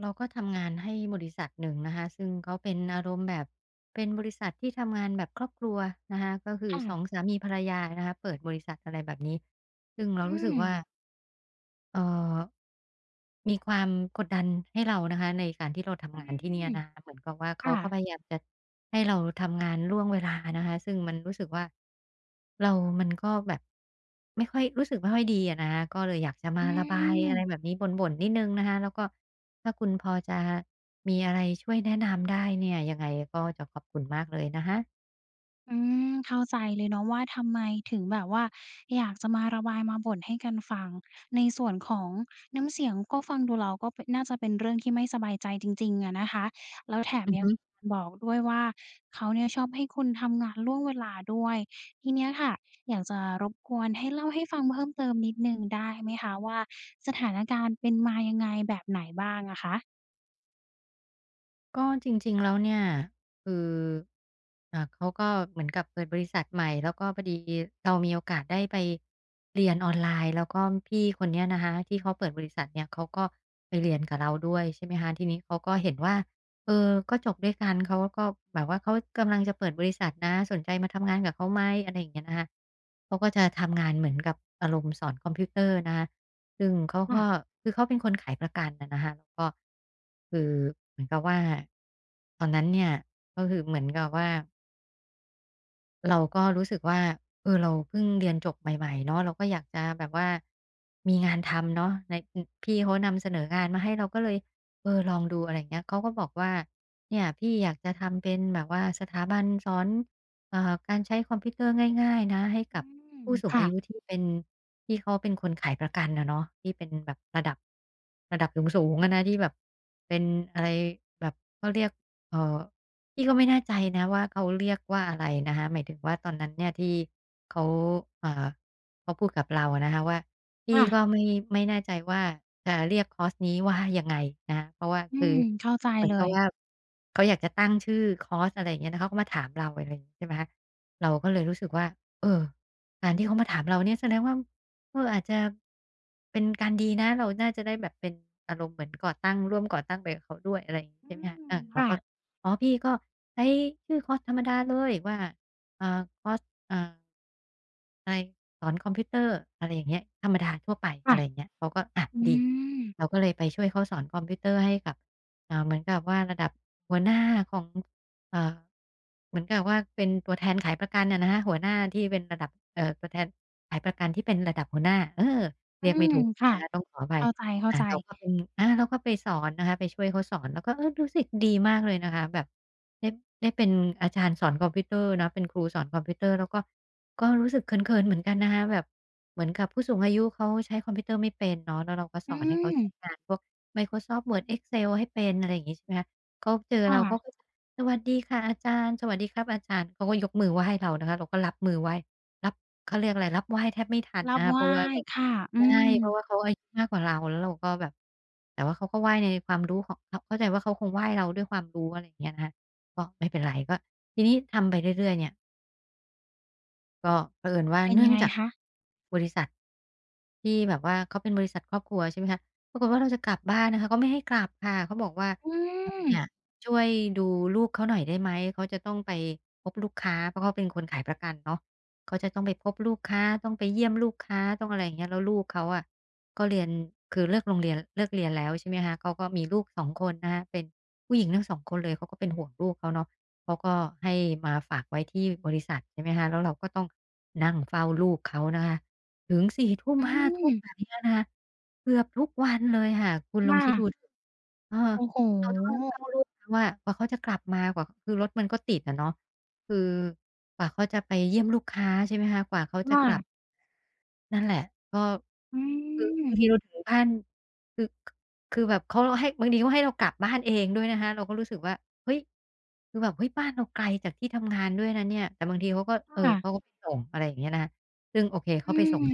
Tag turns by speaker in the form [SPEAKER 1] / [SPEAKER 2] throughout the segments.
[SPEAKER 1] เราก็ทำงานให้บริษัทหนึ่งนะคะซึ่งเขาเป็นอารมณ์แบบเป็นบริษัทที่ทำงานแบบครอบครัวนะคะก็คือ
[SPEAKER 2] ค่ะ
[SPEAKER 1] 2สามีภรรยานะคะเปิดบริษัทอะไรแบบนี้ซึ่งเรา
[SPEAKER 2] อื
[SPEAKER 1] รู้สึ
[SPEAKER 2] ม
[SPEAKER 1] กว่า เอ่อมีความกดดันให้เรานะคะในการที่เรา
[SPEAKER 2] อื
[SPEAKER 1] ทำงานที่เนี่ย
[SPEAKER 2] ม
[SPEAKER 1] นะคะเหมือนกับว่าเขา
[SPEAKER 2] ค่ะ
[SPEAKER 1] ก็พยายามจะให้เราทำงานล่วงเวลานะคะซึ่งมันรู้สึกว่าเรามันก็แบบไม่ค่อยรู้สึกไม่ค่อยดีอะนะคะก็เลยอยากจะมา
[SPEAKER 2] อื
[SPEAKER 1] ระบาย
[SPEAKER 2] ม
[SPEAKER 1] อะไรแบบนี้บ่นๆนิดหนึ่งนะคะแล้วก็ถ้าคุณพอจะมีอะไรช่วยแนะนำได้เนี่ยยังไงก็จะขอบคุณมากเลยนะคะ
[SPEAKER 2] อืมเข้าใจเลยเนาะว่าทำไมถึงแบบว่าอยากจะมาระบายมาบ่นให้กันฟังในส่วนของน้ำเสียงก็ฟังดูแล้วก็เป็นน่าจะเป็นเรื่องที่ไม่สบายใจจริงๆอะนะคะแล้วแถม
[SPEAKER 1] อือ
[SPEAKER 2] ยัง
[SPEAKER 1] ฮึ
[SPEAKER 2] บอกด้วยว่าเขาเนี่ยชอบให้คุณทำงานล่วงเวลาด้วยทีเนี้ยค่ะอยากจะรบกวนให้เล่าให้ฟังเพิ่มเติมนิดหนึ่งได้ไหมคะว่าสถานการณ์เป็นมายังไงแบบไหนบ้างอะคะ
[SPEAKER 1] ก็จริงๆ แล้วเนี่ยคือเขาก็เหมือนกับเปิดบริษัทใหม่แล้วก็พอดีเรามีโอกาสได้ไปเรียนออนไลน์แล้วก็พี่คนเนี้ยนะคะที่เขาเปิดบริษัทเนี่ยเขาก็ไปเรียนกับเราด้วยใช่ไหมคะทีนี้เขาก็เห็นว่าเออก็จบด้วยกันเขาก็แบบว่าเขากำลังจะเปิดบริษัทนะสนใจมาทำงานกับเขาไหมอะไรอย่างเงี้ยนะคะเขาก็จะทำงานเหมือนกับอารมณ์สอนคอมพิวเตอร์นะคะ ซึ่งเขาก็
[SPEAKER 2] ค่ะ
[SPEAKER 1] คือเขาเป็นคนขายประกันอะนะคะแล้วก็คือเหมือนกับว่าตอนนั้นเนี่ยก็คือเหมือนกับว่า เราก็รู้สึกว่าเออเราเพิ่งเรียนจบใหม่ๆเนาะเราก็อยากจะแบบว่ามีงานทำเนาะในอือพี่เขานำเสนองานมาให้เราก็เลยเออลองดูอะไรอย่างเงี้ยเขาก็บอกว่าเนี่ยพี่อยากจะทำเป็นแบบว่าสถาบันสอนอ่าการใช้คอมพิวเตอร์ง่ายๆนะให้
[SPEAKER 2] อื
[SPEAKER 1] กับ
[SPEAKER 2] ม
[SPEAKER 1] ผู้สูง
[SPEAKER 2] ค่ะ
[SPEAKER 1] อายุที่เป็นที่เขาเป็นคนขายประกันอะเนาะที่เป็นแบบระดับระดับสูงๆอะนะที่แบบเป็นอะไรแบบเขาเรียกเอ่อ พี่ก็ไม่แน่ใจนะว่าเขาเรียกว่าอะไรนะคะหมายถึงว่าตอนนั้นเนี่ยที่เขาเอ่อเขาพูดกับเราอะนะคะว่าพี่ก็
[SPEAKER 2] ค่ะ
[SPEAKER 1] ไม่แน่ใจว่าจะเรียกคอร์สนี้ว่ายังไงนะคะเพราะว่า
[SPEAKER 2] อื
[SPEAKER 1] คือ
[SPEAKER 2] มเข้าใจ
[SPEAKER 1] เหมือน
[SPEAKER 2] เล
[SPEAKER 1] กับ
[SPEAKER 2] ย
[SPEAKER 1] ว่าเขาอยากจะตั้งชื่อคอร์สอะไรอย่างเงี้ยนะเขาก็มาถามเราอะไรอย่างงี้ใช่ไหมคะเราก็เลยรู้สึกว่าเออการที่เขามาถามเราเนี่ยแสดงว่า เอออาจจะเป็นการดีนะเราน่าจะได้แบบเป็นอารมณ์เหมือนก่อตั้งร่วมก่อตั้งไปกับเขาด้วยอะไรอย่างงี้
[SPEAKER 2] อื
[SPEAKER 1] ใช่ไหมคะ
[SPEAKER 2] ม
[SPEAKER 1] อาเรา
[SPEAKER 2] ค่ะ
[SPEAKER 1] ก็อ๋อพี่ก็ใช้ชื่อคอร์สธรรมดาเลยว่าอ่าคอร์สอ่าอะไรสอนคอมพิวเตอร์อะไรอย่างเงี้ยธรรมดาทั่วไปอะ
[SPEAKER 2] ค่ะ
[SPEAKER 1] ไรอย่างเงี้ยเขาก็อะ
[SPEAKER 2] อื
[SPEAKER 1] ดี
[SPEAKER 2] ม
[SPEAKER 1] เราก็เลยไปช่วยเขาสอนคอมพิวเตอร์ให้กับเหมือนกับว่าระดับหัวหน้าของ อ่าเหมือนกับว่าเป็นตัวแทนขายประกันน่ะนะคะหัวหน้าที่เป็นระดับตัวแทนขายประกันที่เป็นระดับหัวหน้าเออ
[SPEAKER 2] อื
[SPEAKER 1] เรียกไม่
[SPEAKER 2] ม
[SPEAKER 1] ถูก
[SPEAKER 2] ค่ะ
[SPEAKER 1] นะคะต้องขออภัย
[SPEAKER 2] เข้าใจเข้าใจ
[SPEAKER 1] เราก็เป็นอาเราก็ไปสอนนะคะไปช่วยเขาสอนแล้วก็เออรู้สึกดีมากเลยนะคะแบบได้เป็นอาจารย์สอนคอมพิวเตอร์เนาะเป็นครูสอนคอมพิวเตอร์แล้วก็ก็รู้สึกเขินๆเหมือนกันนะคะแบบเหมือนกับผู้สูงอายุเขาใช้คอมพิวเตอร์ไม่เป็นเนาะแล้วเราก็ส
[SPEAKER 2] อื
[SPEAKER 1] อนให้เขา
[SPEAKER 2] ม
[SPEAKER 1] ใช้งานพวก Microsoft Word Excel ให้เป็นอะไรอย่างงี้ใช่ไหมคะเขาเจอเราเขาก็
[SPEAKER 2] ค่ะ
[SPEAKER 1] จะ สวัสดีค่ะอาจารย์สวัสดีครับอาจารย์เขาก็ยกมือไหว้เรานะคะเราก็รับมือไหว้รับเขาเรียกอะไรรับไหว้แทบไม่ทัน
[SPEAKER 2] รับ
[SPEAKER 1] นะ
[SPEAKER 2] ไห
[SPEAKER 1] คะเพ
[SPEAKER 2] ว้
[SPEAKER 1] ราะว่าแบบ
[SPEAKER 2] ค่ะอื
[SPEAKER 1] ใช่
[SPEAKER 2] ม
[SPEAKER 1] เพราะว่าเขาอายุมากกว่าเราแล้วเราก็แบบแต่ว่าเขาก็ไหว้ในความรู้ของเขาเข้าใจว่าเขาคงไหว้เราด้วยความรู้อะไรอย่างเงี้ยนะคะก็ไม่เป็นไรก็ทีนี้ทำไปเรื่อยๆเนี่ย ก็เผอิญว่า
[SPEAKER 2] เป็น
[SPEAKER 1] เนื่
[SPEAKER 2] ยั
[SPEAKER 1] อ
[SPEAKER 2] ง
[SPEAKER 1] ง
[SPEAKER 2] ไง
[SPEAKER 1] จาก
[SPEAKER 2] คะ
[SPEAKER 1] บริษัทที่แบบว่าเขาเป็นบริษัทครอบครัวใช่ไหมคะปรากฏว่าเราจะกลับบ้านนะคะเขาไม่ให้กลับค่ะเขาบอกว่า
[SPEAKER 2] อื
[SPEAKER 1] เออเนี่ย
[SPEAKER 2] ม
[SPEAKER 1] ช่วยดูลูกเขาหน่อยได้ไหมเขาจะต้องไปพบลูกค้าเพราะเขาเป็นคนขายประกันเนาะเขาจะต้องไปพบลูกค้าต้องไปเยี่ยมลูกค้าต้องอะไรอย่างเงี้ยแล้วลูกเขาอะก็เรียนคือเลิกโรงเรียนเลิกเรียนแล้วใช่ไหมคะเขาก็มีลูกสองคนนะคะเป็นผู้หญิงทั้ง2คนเลยเขาก็เป็นห่วงลูกเขาเนาะ เขาก็ให้มาฝากไว้ที่บริษัทใช่ไหมคะแล้วเราก็ต้องนั่งเฝ้าลูกเขานะคะถึง
[SPEAKER 2] อื
[SPEAKER 1] 22:00 5:00แบ
[SPEAKER 2] ม
[SPEAKER 1] บเนี้ยนะคะเกือบทุกวันเลยค่ะคุณลอง
[SPEAKER 2] ค่ะ
[SPEAKER 1] คิดดูเออ
[SPEAKER 2] โอ้โฮ
[SPEAKER 1] เราต้องนั่งเฝ้าลูกเขาอะกว่าเขาจะกลับมากว่าคือรถมันก็ติดอะเนาะคือกว่าเขาจะไปเยี่ยมลูกค้าใช่ไหมคะกว่าเขาจะกลับ
[SPEAKER 2] ค่ะ
[SPEAKER 1] นั่นแหละก็
[SPEAKER 2] อื
[SPEAKER 1] คือ
[SPEAKER 2] ม
[SPEAKER 1] บางทีเราถึงบ้านคือคือแบบเขาให้บางทีเขาให้เรากลับบ้านเองด้วยนะคะเราก็รู้สึกว่า เฮ้ยคือแบบเฮ้ยบ้านเราไกลจากที่ทำงานด้วยนะเนี่ยแต่บางทีเขาก็
[SPEAKER 2] ค่ะ
[SPEAKER 1] เขาก็ไปส่งอะไรอย่างเงี้ยนะคะซึ่งโอเค
[SPEAKER 2] อื
[SPEAKER 1] เขาไปส่ง
[SPEAKER 2] ม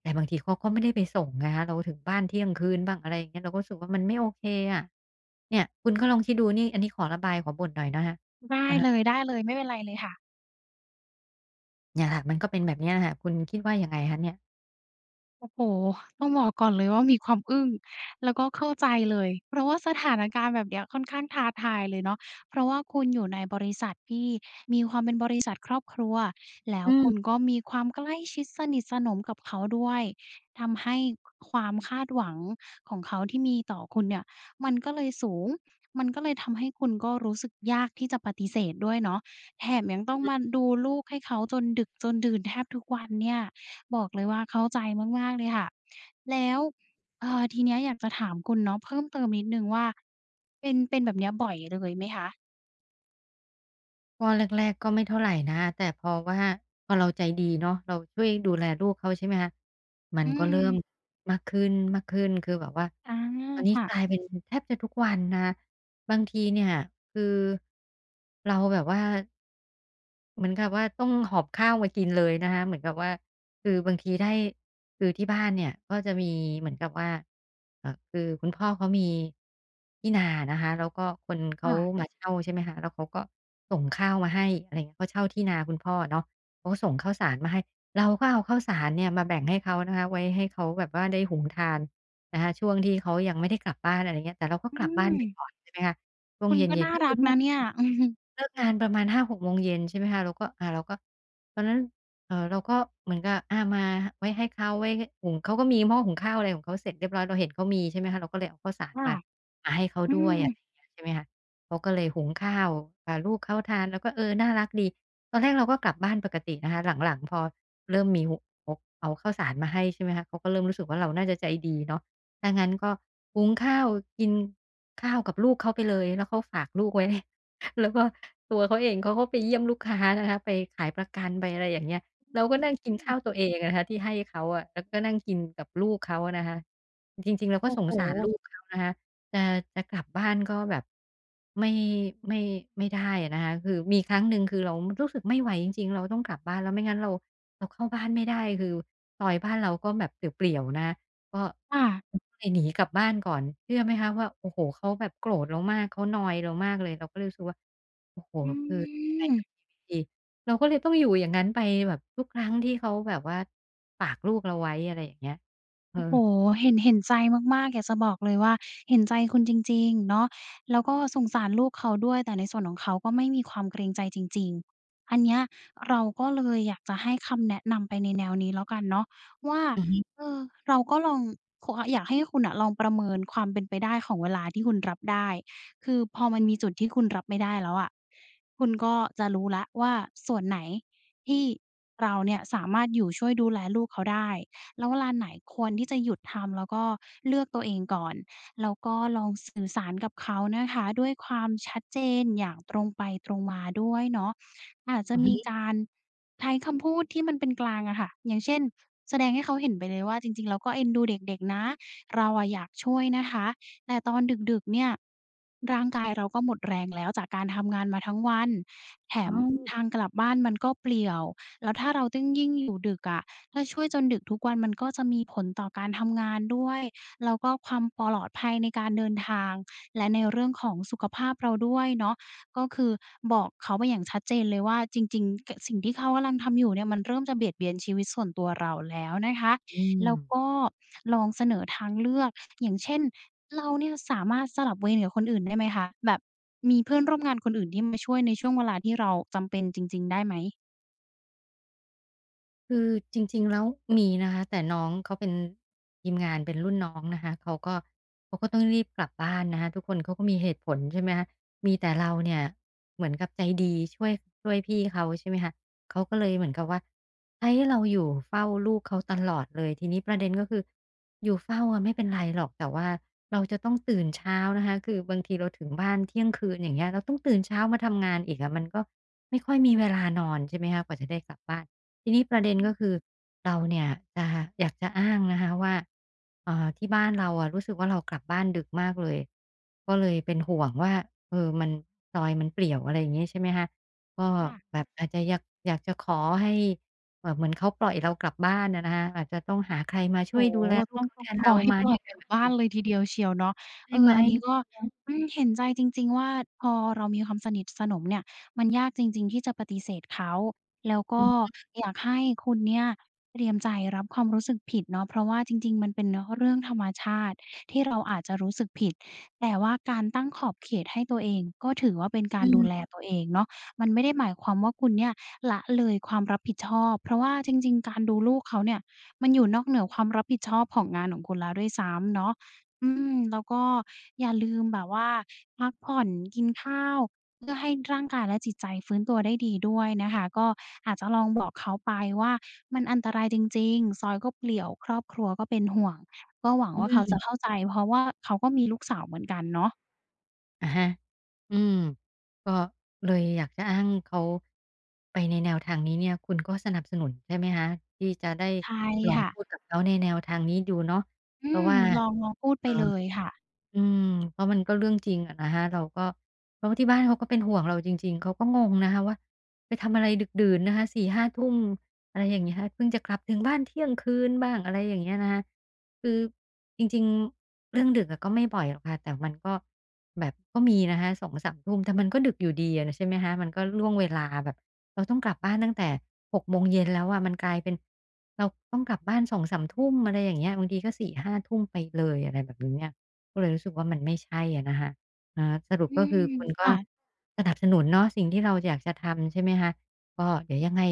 [SPEAKER 1] แต่บางทีเขาก็ไม่ได้ไปส่งไงคะเราถึงบ้านเที่ยงคืนบ้างอะไรอย่างเงี้ยเราก็รู้สึกว่ามันไม่โอเคอะเนี่ยคุณก็ลองคิดดูนี่อันนี้ขอระบายขอบ่นหน่อยนะคะ
[SPEAKER 2] ได้
[SPEAKER 1] อะ
[SPEAKER 2] เ
[SPEAKER 1] ฮะ
[SPEAKER 2] ลยๆไม่เป็นไรเลยค่ะ
[SPEAKER 1] เนี่ยค่ะมันก็เป็นแบบเนี้ยค่ะคุณคิดว่ายังไงคะเนี่ย
[SPEAKER 2] โอ้โฮต้องบอกก่อนเลยว่ามีความอึ้งแล้วก็เข้าใจเลยเพราะว่าสถานการณ์แบบเนี้ยค่อนข้างท้าทายเลยเนาะเพราะว่าคุณอยู่ในบริษัทที่มีความเป็นบริษัทครอบครัวแล้ว
[SPEAKER 1] อื
[SPEAKER 2] คุณ
[SPEAKER 1] ม
[SPEAKER 2] ก็มีความใกล้ชิดสนิทสนมกับเขาด้วยทำให้ความคาดหวังของเขาที่มีต่อคุณเนี่ยมันก็เลยสูงมันก็เลยทำให้คุณก็รู้สึกยากที่จะปฏิเสธด้วยเนาะแถมยังต้องมาดูลูกให้เขาจนดึกจนดื่นแทบทุกวันเนี่ย บอกเลยว่าเข้าใจมากๆเลยค่ะ แล้วทีเนี้ยอยากจะถามคุณเนาะเพิ่มเติมนิดหนึ่งว่าเป็นเป็นแบบเนี้ยบ่อยเลยไหมคะ
[SPEAKER 1] ก็แรกๆก็ไม่เท่าไรนะแต่พอว่าพอเราใจดีเนาะเราช่วยดูแลลูกเขาใช่ไหมคะมั
[SPEAKER 2] อื
[SPEAKER 1] นก็เริ่ม
[SPEAKER 2] ม
[SPEAKER 1] มากขึ้นๆคือแบบว่า
[SPEAKER 2] อา
[SPEAKER 1] ตอนนี้
[SPEAKER 2] ค่ะ
[SPEAKER 1] กลายเป็นแทบจะทุกวันนะคะบางทีเนี่ยคือเราแบบว่า เหมือนกับว่าต้องหอบข้าวมากินเลยนะคะเหมือนกับว่าคือบางทีได้คือที่บ้านเนี่ยก็จะมีเหมือนกับว่าคือคุณพ่อเขามีที่นานะคะแล้วก็คนเขา
[SPEAKER 2] ค่ะ
[SPEAKER 1] มาเช่าใช่ไหมคะแล้วเขาก็ส่งข้าวมาให้อะไรอย่างเงี้ยเขาเช่าที่นาคุณพ่อเนาะเขาก็ส่งข้าวสารมาให้เราก็เอาข้าวสารเนี่ยมาแบ่งให้เขานะคะไว้ให้เขาแบบว่าได้หุงทานนะคะช่วงที่เขายังไม่ได้กลับบ้านอะไรอย่างเงี้ยแต่เราก็
[SPEAKER 2] อื
[SPEAKER 1] กลับบ้าน
[SPEAKER 2] ม
[SPEAKER 1] ไปก่อนใช่ไหมคะ วง
[SPEAKER 2] คุณก็
[SPEAKER 1] เย็น
[SPEAKER 2] น่า
[SPEAKER 1] ๆก็คื
[SPEAKER 2] รั
[SPEAKER 1] อ
[SPEAKER 2] ก
[SPEAKER 1] เลิ
[SPEAKER 2] นะ
[SPEAKER 1] ก
[SPEAKER 2] เนี่
[SPEAKER 1] งา
[SPEAKER 2] ย
[SPEAKER 1] น
[SPEAKER 2] อือฮึ
[SPEAKER 1] เลิกงานประมาณหาหกโมงเย็นใช่ไหมคะเราก็อ่าเราก็ตอนนั้นเราก็เหมือนกับอามาไว้ให้เขาไว้ให้หุงเขาก็มีหม้อหุงข้าวอะไรของเขาเสร็จเรียบร้อยเราเห็นเขามีใช่ไหมคะเราก็เลยเอาข้าวสาร
[SPEAKER 2] ค่ะ
[SPEAKER 1] มามาให้เขา
[SPEAKER 2] อื
[SPEAKER 1] ด้วย
[SPEAKER 2] ม
[SPEAKER 1] อะไรอย่างเงี้ยใช่ไหมคะเขาก็เลยหุงข้าวอ่าลูกเขาทานเราก็เออน่ารักดีตอนแรกเราก็กลับบ้านปกตินะคะหลังๆพอเริ่มมีหุพกเอาข้าวสารมาให้ใช่ไหมคะเขาก็เริ่มรู้สึกว่าเราน่าจะใจดีเนาะถ้างั้นก็หุงข้าวกิน ข้าวกับลูกเขาไปเลยแล้วเขาฝากลูกไว้ แล้วก็ตัวเขาเองเขาก็ไปเยี่ยมลูกค้านะคะไปขายประกันไปอะไรอย่างเงี้ยเราก็นั่งกินข้าวตัวเองอะนะคะที่ให้เขาอะแล้วก็นั่งกินกับลูกเขาอะนะคะจริงๆเราก็
[SPEAKER 2] โอ้
[SPEAKER 1] ส
[SPEAKER 2] โฮ
[SPEAKER 1] งสารลูกเขานะคะจะจะกลับบ้านก็แบบไม่ไม่ไม่ได้อะนะคะคือมีครั้งหนึ่งคือเรารู้สึกไม่ไหวจริงๆเราต้องกลับบ้านแล้วไม่งั้นเราเข้าบ้านไม่ได้คือซอยบ้านเราก็แบบเปลี่ยวๆนะะ ก็
[SPEAKER 2] ค่ะ
[SPEAKER 1] ก็เลยหนีกลับบ้านก่อนเชื่อไหมคะว่าโอ้โฮเขาแบบโกรธเรามากเขานอยเรามากเลยเราก็เลยรู้สึกว่าโอ้โฮ
[SPEAKER 2] อื
[SPEAKER 1] คือทำยังไง
[SPEAKER 2] ม
[SPEAKER 1] กับชีวิตดีเราก็เลยต้องอยู่อย่างงั้นไปแบบทุกครั้งที่เขาแบบว่าฝากลูกเราไว้อะไรอย่างเงี้ยเออ
[SPEAKER 2] โอ้โฮเห็นเห็นใจมากๆอยากจะบอกเลยว่าเห็นใจคุณจริงๆเนาะแล้วก็สงสารลูกเขาด้วย แต่ในส่วนของเขาก็ไม่มีความเกรงใจจริงๆ อันเนี้ยเราก็เลยอยากจะให้คำแนะนำไปในแนวนี้แล้วกันเนาะว่าเออเราก็ลองคอยากให้คุณน่ะลองประเมินความเป็นไปได้ของเวลาที่คุณรับได้ คือพอมันมีจุดที่คุณรับไม่ได้แล้วอะคุณก็จะรู้แล้วว่าส่วนไหนที่เราเนี่ยสามารถอยู่ช่วยดูแลลูกเขาได้ แล้วเวลาไหนควรที่จะหยุดทำแล้วก็เลือกตัวเองก่อนแล้วก็ลองสื่อสารกับเขานะคะด้วยความชัดเจนอย่างตรงไปตรงมาด้วยเนาะอาจจะมีการใช้คำพูดที่มันเป็นกลางอะค่ะอย่างเช่นแสดงให้เขาเห็นไปเลยว่าจริงๆเราก็เอ็นดูเด็กๆนะเราอะอยากช่วยนะคะแต่ตอนดึกๆเนี่ยร่างกายเราก็หมดแรงแล้วจากการทำงานมาทั้งวันแถม
[SPEAKER 1] อ้าว
[SPEAKER 2] ทางกลับบ้านมันก็เปลี่ยวแล้วถ้าเราต้องยิ่งอยู่ดึกอะ ถ้าช่วยจนดึกทุกวันมันก็จะมีผลต่อการทำงานด้วยแล้วก็ความปลอดภัยในการเดินทางและในเรื่องของสุขภาพเราด้วยเนาะก็คือบอกเขาไปอย่างชัดเจนเลยว่าจริงๆกสิ่งที่เขากำลังทำอยู่เนี่ยมันเริ่มจะเบียดเบียนชีวิตส่วนตัวเราแล้วนะคะ
[SPEAKER 1] อืม
[SPEAKER 2] แล้วก็ลองเสนอทางเลือกอย่างเช่นเราเนี่ยสามารถสลับเวรกับคนอื่นได้ไหมคะแบบมีเพื่อนร่วมงานคนอื่นที่มาช่วยในช่วงเวลาที่เราจำเป็นจริงๆได้ไหม
[SPEAKER 1] คือจริงๆแล้วมีนะคะแต่น้องเขาเป็นทีมงานเป็นรุ่นน้องนะคะเขาก็ต้องรีบกลับบ้านนะคะทุกคนเขาก็มีเหตุผลใช่ไหมคะมีแต่เราเนี่ยเหมือนกับใจดีช่วยพี่เขาใช่ไหมคะเขาก็เลยเหมือนกับว่าให้เราอยู่เฝ้าลูกเขาตลอดเลยทีนี้ประเด็นก็คืออยู่เฝ้าอะไม่เป็นไรหรอกแต่ว่าเราจะต้องตื่นเช้านะคะคือบางทีเราถึงบ้านเที่ยงคืนอย่างเงี้ยเราต้องตื่นเช้ามาทำงานอีกอะมันก็ไม่ค่อยมีเวลานอนใช่ไหมคะกว่าจะได้กลับบ้าน ทีนี้ประเด็นก็คือเราเนี่ยจะอยากจะอ้างนะคะว่าที่บ้านเราอะรู้สึกว่าเรากลับบ้านดึกมากเลยก็เลยเป็นห่วงว่าเออมันซอยมันเปลี่ยวอะไรอย่างงี้ใช่ไหมคะก็
[SPEAKER 2] ค่ะ
[SPEAKER 1] แบบอาจจะอยากจะขอให้แบบเหมือนเขาปล่อยเรากลับบ้านนะคะอาจจะต้องหาใครมาช่ว
[SPEAKER 2] โอ้
[SPEAKER 1] ย
[SPEAKER 2] โฮ
[SPEAKER 1] ดูแลลู
[SPEAKER 2] ต้
[SPEAKER 1] ก
[SPEAKER 2] อง
[SPEAKER 1] เขา
[SPEAKER 2] ต้อ
[SPEAKER 1] แท
[SPEAKER 2] ง
[SPEAKER 1] น
[SPEAKER 2] ขอ
[SPEAKER 1] เรา
[SPEAKER 2] ให้
[SPEAKER 1] ไหม
[SPEAKER 2] ปล่อย
[SPEAKER 1] อะไร
[SPEAKER 2] กลับ
[SPEAKER 1] แบบ
[SPEAKER 2] บ้า
[SPEAKER 1] นี้
[SPEAKER 2] นเลยทีเดียวเชียวเนาะเอ
[SPEAKER 1] ได้
[SPEAKER 2] อ
[SPEAKER 1] ไหม
[SPEAKER 2] อันนี้ก็อืมเห็นใจจริงๆว่าพอเรามีความสนิทสนมเนี่ยมันยากจริงๆที่จะปฏิเสธเขาแล้วก็อยากให้คุณเนี่ยเตรียมใจรับความรู้สึกผิดเนาะเพราะว่าจริงๆมันเป็นเเรื่องธรรมชาติที่เราอาจจะรู้สึกผิด แต่ว่าการตั้งขอบเขตให้ตัวเองก็ถือว่าเป็นกา
[SPEAKER 1] อื
[SPEAKER 2] รดู
[SPEAKER 1] ม
[SPEAKER 2] แลตัวเองเนาะมันไม่ได้หมายความว่าคุณเนี่ยละเลยความรับผิดชอบเพราะว่าจริงๆการดูลูกเขาเนี่ย มันอยู่นอกเหนือความรับผิดชอบของงานของคุณแล้วด้วยซ้ำเนาะอืมแล้วก็อย่าลืมแบบว่าพักผ่อนกินข้าวเพื่อให้ร่างกายและจิตใจฟื้นตัวได้ดีด้วยนะคะก็อาจจะลองบอกเขาไปว่ามันอันตรายจริงๆซอยก็เปลี่ยวครอบครัวก็เป็นห่วงก็หวัง
[SPEAKER 1] อื
[SPEAKER 2] ว่าเขาจะ
[SPEAKER 1] ม
[SPEAKER 2] เข้าใจเพราะว่าเขาก็มีลูกสาวเหมือนกันเนาะ
[SPEAKER 1] อะฮะอืมก็เลยอยากจะอ้างเขาไปในแนวทางนี้เนี่ยคุณก็สนับสนุนใช่ไหมคะที่จะได้
[SPEAKER 2] ใช่
[SPEAKER 1] ลอง
[SPEAKER 2] ค่ะ
[SPEAKER 1] พูดกับเขาในแนวทางนี้ดูเนาะ
[SPEAKER 2] อื
[SPEAKER 1] เพราะ
[SPEAKER 2] ม
[SPEAKER 1] ว่า
[SPEAKER 2] ลองลองพูดไป
[SPEAKER 1] เอ่อ
[SPEAKER 2] เลยค่ะ
[SPEAKER 1] อืมเพราะมันก็เรื่องจริงอะนะคะเราก็เพราะว่าที่บ้านเขาก็เป็นห่วงเราจริงๆเขาก็งงนะคะว่าไปทำอะไรดึกดื่นนะคะ4-5ทุ่มอะไรอย่างเงี้ยเพิ่งจะกลับถึงบ้านเที่ยงคืนบ้างอะไรอย่างเงี้ยนะคะคือจริงๆเรื่องดึกอะก็ไม่บ่อยหรอกค่ะแต่มันก็แบบก็มีนะคะสองสามทุ่มแต่มันก็ดึกอยู่ดีอะใช่ไหมคะมันก็ล่วงเวลาแบบเราต้องกลับบ้านตั้งแต่6โมงเย็นแล้วอะมันกลายเป็นเราต้องกลับบ้านสองสามทุ่มอะไรอย่างเงี้ยบางทีก็สี่ห้าทุ่มไปเลยอะไรแบบนี้เนี่ย ก็เลยรู้สึกว่ามันไม่ใช่อะนะคะอ่าสรุป
[SPEAKER 2] อื
[SPEAKER 1] ก็คื
[SPEAKER 2] ม
[SPEAKER 1] อคุณก็
[SPEAKER 2] ค่ะ
[SPEAKER 1] สนับสนุนเนาะสิ่งที่เราอยากจะทำใช่ไหมคะก็เดี๋ยวยังไง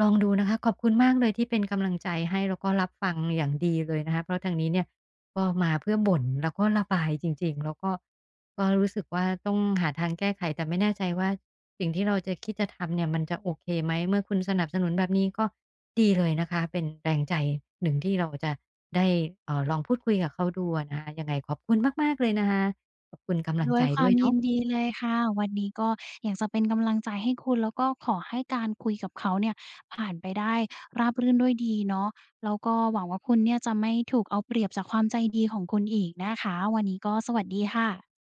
[SPEAKER 1] ลองดูนะคะขอบคุณมากเลยที่เป็นกำลังใจให้แล้วก็รับฟังอย่างดีเลยนะคะเพราะทางนี้เนี่ยก็มาเพื่อบ่นแล้วก็ระบายจริงๆแล้วก็ก็รู้สึกว่าต้องหาทางแก้ไขแต่ไม่แน่ใจว่าสิ่งที่เราจะคิดจะทำเนี่ยมันจะโอเคไหมเมื่อคุณสนับสนุนแบบนี้ก็ดีเลยนะคะเป็นแรงใจหนึ่งที่เราจะ ได้ลองพูดคุยกับเขาดูอะนะคะยังไงขอบคุณมากๆเลยนะคะขอบคุณกำลัง
[SPEAKER 2] ด้ว
[SPEAKER 1] ใจ
[SPEAKER 2] ยควา
[SPEAKER 1] ด้ว
[SPEAKER 2] ม
[SPEAKER 1] ย
[SPEAKER 2] ยิ
[SPEAKER 1] เนาะ
[SPEAKER 2] นดีเลยค่ะวันนี้ก็อยากจะเป็นกำลังใจให้คุณแล้วก็ขอให้การคุยกับเขาเนี่ยผ่านไปได้ราบรื่นด้วยดีเนาะแล้วก็หวังว่าคุณเนี่ยจะไม่ถูกเอาเปรียบจากความใจดีของคุณอีกนะคะวันนี้ก็สวัสดีค่ะ